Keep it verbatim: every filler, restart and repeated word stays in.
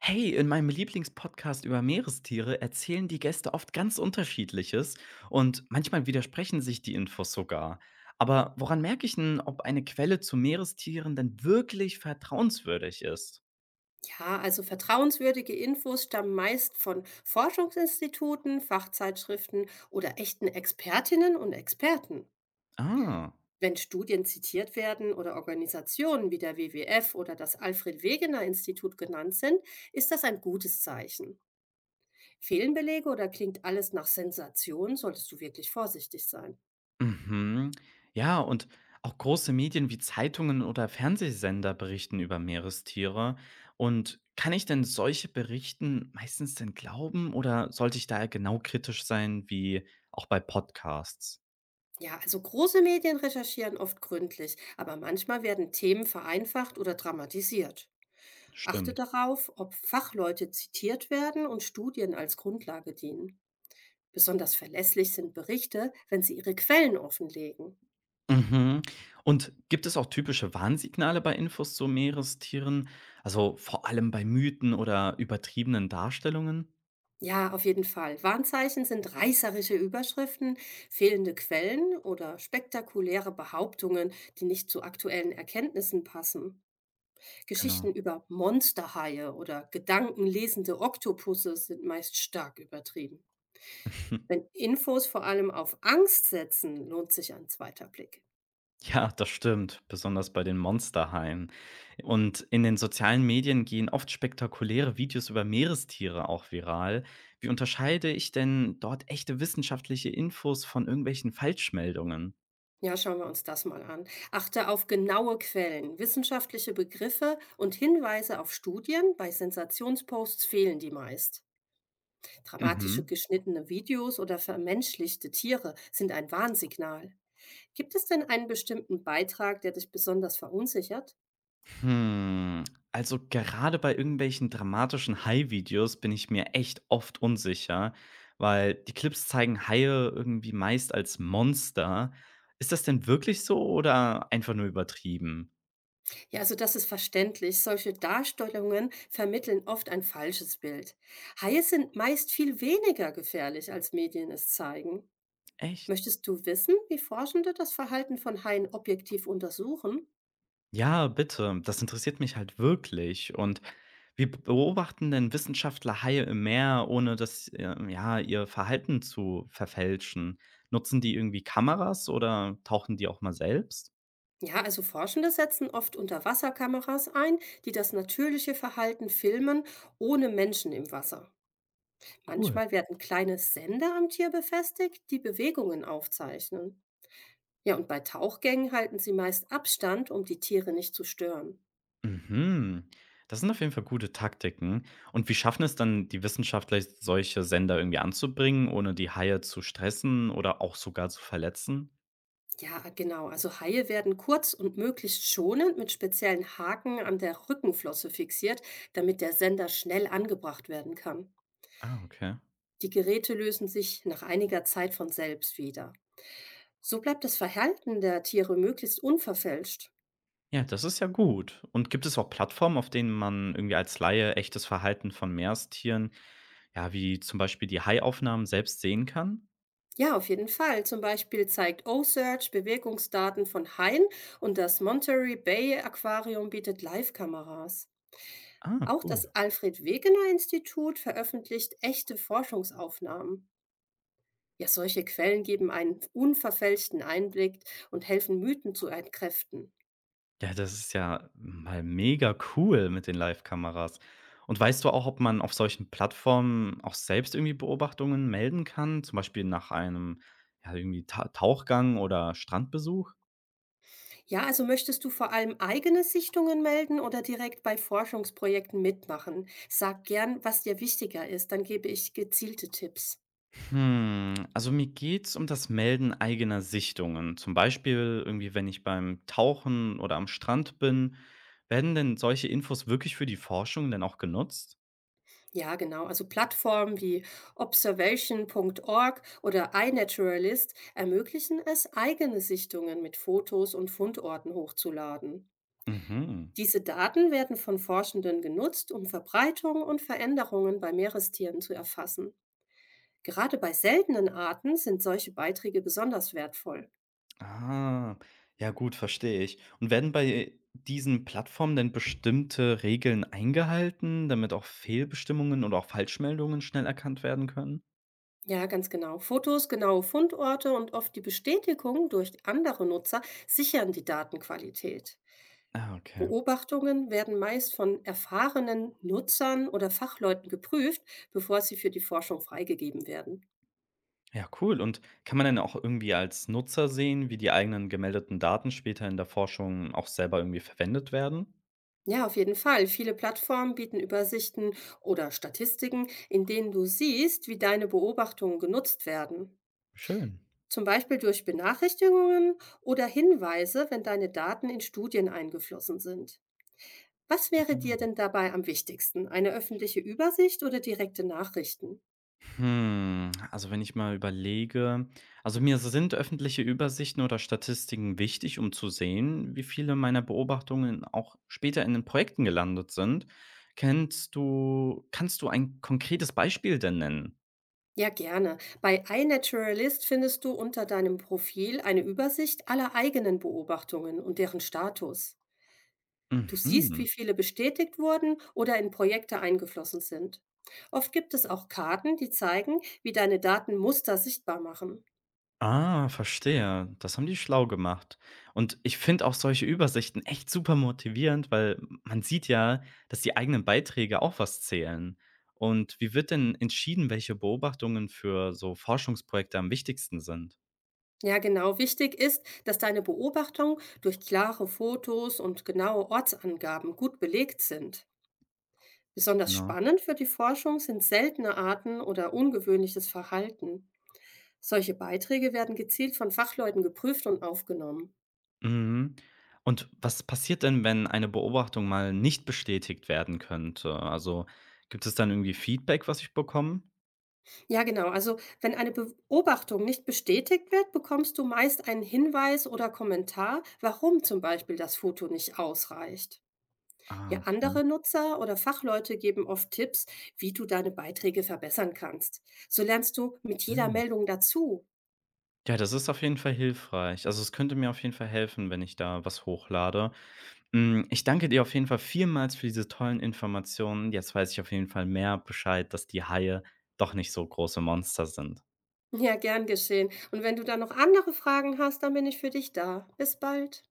Hey, in meinem Lieblingspodcast über Meerestiere erzählen die Gäste oft ganz unterschiedliches und manchmal widersprechen sich die Infos sogar. Aber woran merke ich denn, ob eine Quelle zu Meerestieren denn wirklich vertrauenswürdig ist? Ja, also vertrauenswürdige Infos stammen meist von Forschungsinstituten, Fachzeitschriften oder echten Expertinnen und Experten. Ah, Wenn Studien zitiert werden oder Organisationen wie der W W F oder das Alfred Wegener Institut genannt sind, ist das ein gutes Zeichen. Fehlen Belege oder klingt alles nach Sensation, solltest du wirklich vorsichtig sein. mhm. Ja, und auch große Medien wie Zeitungen oder Fernsehsender berichten über Meerestiere. Und kann ich denn solche Berichten meistens denn glauben oder sollte ich da genau kritisch sein, wie auch bei Podcasts? Ja, also große Medien recherchieren oft gründlich, aber manchmal werden Themen vereinfacht oder dramatisiert. Achte Stimmt. darauf, ob Fachleute zitiert werden und Studien als Grundlage dienen. Besonders verlässlich sind Berichte, wenn sie ihre Quellen offenlegen. Mhm. Und gibt es auch typische Warnsignale bei Infos zu Meerestieren? Also vor allem bei Mythen oder übertriebenen Darstellungen? Ja, auf jeden Fall. Warnzeichen sind reißerische Überschriften, fehlende Quellen oder spektakuläre Behauptungen, die nicht zu aktuellen Erkenntnissen passen. Genau. Geschichten über Monsterhaie oder gedankenlesende Oktopusse sind meist stark übertrieben. Wenn Infos vor allem auf Angst setzen, lohnt sich ein zweiter Blick. Ja, das stimmt, besonders bei den Monsterhaien. Und in den sozialen Medien gehen oft spektakuläre Videos über Meerestiere auch viral. Wie unterscheide ich denn dort echte wissenschaftliche Infos von irgendwelchen Falschmeldungen? Ja, schauen wir uns das mal an. Achte auf genaue Quellen. Wissenschaftliche Begriffe und Hinweise auf Studien, bei Sensationsposts fehlen die meist. Dramatische Mhm. geschnittene Videos oder vermenschlichte Tiere sind ein Warnsignal. Gibt es denn einen bestimmten Beitrag, der dich besonders verunsichert? Hm, also gerade bei irgendwelchen dramatischen Hai-Videos bin ich mir echt oft unsicher, weil die Clips zeigen Haie irgendwie meist als Monster. Ist das denn wirklich so oder einfach nur übertrieben? Ja, also das ist verständlich. Solche Darstellungen vermitteln oft ein falsches Bild. Haie sind meist viel weniger gefährlich, als Medien es zeigen. Echt? Möchtest du wissen, wie Forschende das Verhalten von Haien objektiv untersuchen? Ja, bitte, das interessiert mich halt wirklich. Und wie beobachten denn Wissenschaftler Haie im Meer, ohne dass äh, ja, ihr Verhalten zu verfälschen? Nutzen die irgendwie Kameras oder tauchen die auch mal selbst? Ja, also Forschende setzen oft Unterwasserkameras ein, die das natürliche Verhalten filmen, ohne Menschen im Wasser. Cool. Manchmal werden kleine Sender am Tier befestigt, die Bewegungen aufzeichnen. Ja, und bei Tauchgängen halten sie meist Abstand, um die Tiere nicht zu stören. Mhm. Das sind auf jeden Fall gute Taktiken. Und wie schaffen es dann die Wissenschaftler, solche Sender irgendwie anzubringen, ohne die Haie zu stressen oder auch sogar zu verletzen? Ja, genau. Also Haie werden kurz und möglichst schonend mit speziellen Haken an der Rückenflosse fixiert, damit der Sender schnell angebracht werden kann. Ah, okay. Die Geräte lösen sich nach einiger Zeit von selbst wieder. So bleibt das Verhalten der Tiere möglichst unverfälscht. Ja, das ist ja gut. Und gibt es auch Plattformen, auf denen man irgendwie als Laie echtes Verhalten von Meerestieren, ja, wie zum Beispiel die Haiaufnahmen selbst sehen kann? Ja, auf jeden Fall. Zum Beispiel zeigt O-Search Bewegungsdaten von Haien und das Monterey Bay Aquarium bietet Live-Kameras. Ah, Auch cool. das Alfred Wegener Institut veröffentlicht echte Forschungsaufnahmen. Ja, solche Quellen geben einen unverfälschten Einblick und helfen Mythen zu entkräften. Ja, das ist ja mal mega cool mit den Live-Kameras. Und weißt du auch, ob man auf solchen Plattformen auch selbst irgendwie Beobachtungen melden kann, zum Beispiel nach einem ja, irgendwie Ta Tauchgang oder Strandbesuch? Ja, also möchtest du vor allem eigene Sichtungen melden oder direkt bei Forschungsprojekten mitmachen? Sag gern, was dir wichtiger ist, dann gebe ich gezielte Tipps. Hm, also mir geht's um das Melden eigener Sichtungen. Zum Beispiel irgendwie, wenn ich beim Tauchen oder am Strand bin, werden denn solche Infos wirklich für die Forschung denn auch genutzt? Ja, genau. Also Plattformen wie observation Punkt org oder iNaturalist ermöglichen es, eigene Sichtungen mit Fotos und Fundorten hochzuladen. Mhm. Diese Daten werden von Forschenden genutzt, um Verbreitung und Veränderungen bei Meerestieren zu erfassen. Gerade bei seltenen Arten sind solche Beiträge besonders wertvoll. Ah, ja gut, verstehe ich. Und werden bei diesen Plattformen denn bestimmte Regeln eingehalten, damit auch Fehlbestimmungen oder auch Falschmeldungen schnell erkannt werden können? Ja, ganz genau. Fotos, genaue Fundorte und oft die Bestätigung durch andere Nutzer sichern die Datenqualität. Ah, okay. Beobachtungen werden meist von erfahrenen Nutzern oder Fachleuten geprüft, bevor sie für die Forschung freigegeben werden. Ja, cool. Und kann man denn auch irgendwie als Nutzer sehen, wie die eigenen gemeldeten Daten später in der Forschung auch selber irgendwie verwendet werden? Ja, auf jeden Fall. Viele Plattformen bieten Übersichten oder Statistiken, in denen du siehst, wie deine Beobachtungen genutzt werden. Schön. Zum Beispiel durch Benachrichtigungen oder Hinweise, wenn deine Daten in Studien eingeflossen sind. Was wäre dir Mhm. denn dabei am wichtigsten? Eine öffentliche Übersicht oder direkte Nachrichten? Hm, also wenn ich mal überlege, also mir sind öffentliche Übersichten oder Statistiken wichtig, um zu sehen, wie viele meiner Beobachtungen auch später in den Projekten gelandet sind. Kennst du Kannst du ein konkretes Beispiel denn nennen? Ja, gerne. Bei iNaturalist findest du unter deinem Profil eine Übersicht aller eigenen Beobachtungen und deren Status. Du siehst, Mhm. wie viele bestätigt wurden oder in Projekte eingeflossen sind. Oft gibt es auch Karten, die zeigen, wie deine Daten Muster sichtbar machen. Ah, verstehe. Das haben die schlau gemacht. Und ich finde auch solche Übersichten echt super motivierend, weil man sieht ja, dass die eigenen Beiträge auch was zählen. Und wie wird denn entschieden, welche Beobachtungen für so Forschungsprojekte am wichtigsten sind? Ja, genau. Wichtig ist, dass deine Beobachtungen durch klare Fotos und genaue Ortsangaben gut belegt sind. Besonders Genau. spannend für die Forschung sind seltene Arten oder ungewöhnliches Verhalten. Solche Beiträge werden gezielt von Fachleuten geprüft und aufgenommen. Mhm. Und was passiert denn, wenn eine Beobachtung mal nicht bestätigt werden könnte? Also gibt es dann irgendwie Feedback, was ich bekomme? Ja, genau. Also wenn eine Beobachtung nicht bestätigt wird, bekommst du meist einen Hinweis oder Kommentar, warum zum Beispiel das Foto nicht ausreicht. Ah, Ja, andere Nutzer oder Fachleute geben oft Tipps, wie du deine Beiträge verbessern kannst. So lernst du mit jeder okay. Meldung dazu. Ja, das ist auf jeden Fall hilfreich. Also, es könnte mir auf jeden Fall helfen, wenn ich da was hochlade. Hm, ich danke dir auf jeden Fall vielmals für diese tollen Informationen. Jetzt weiß ich auf jeden Fall mehr Bescheid, dass die Haie doch nicht so große Monster sind. Ja, gern geschehen. Und wenn du dann noch andere Fragen hast, dann bin ich für dich da. Bis bald.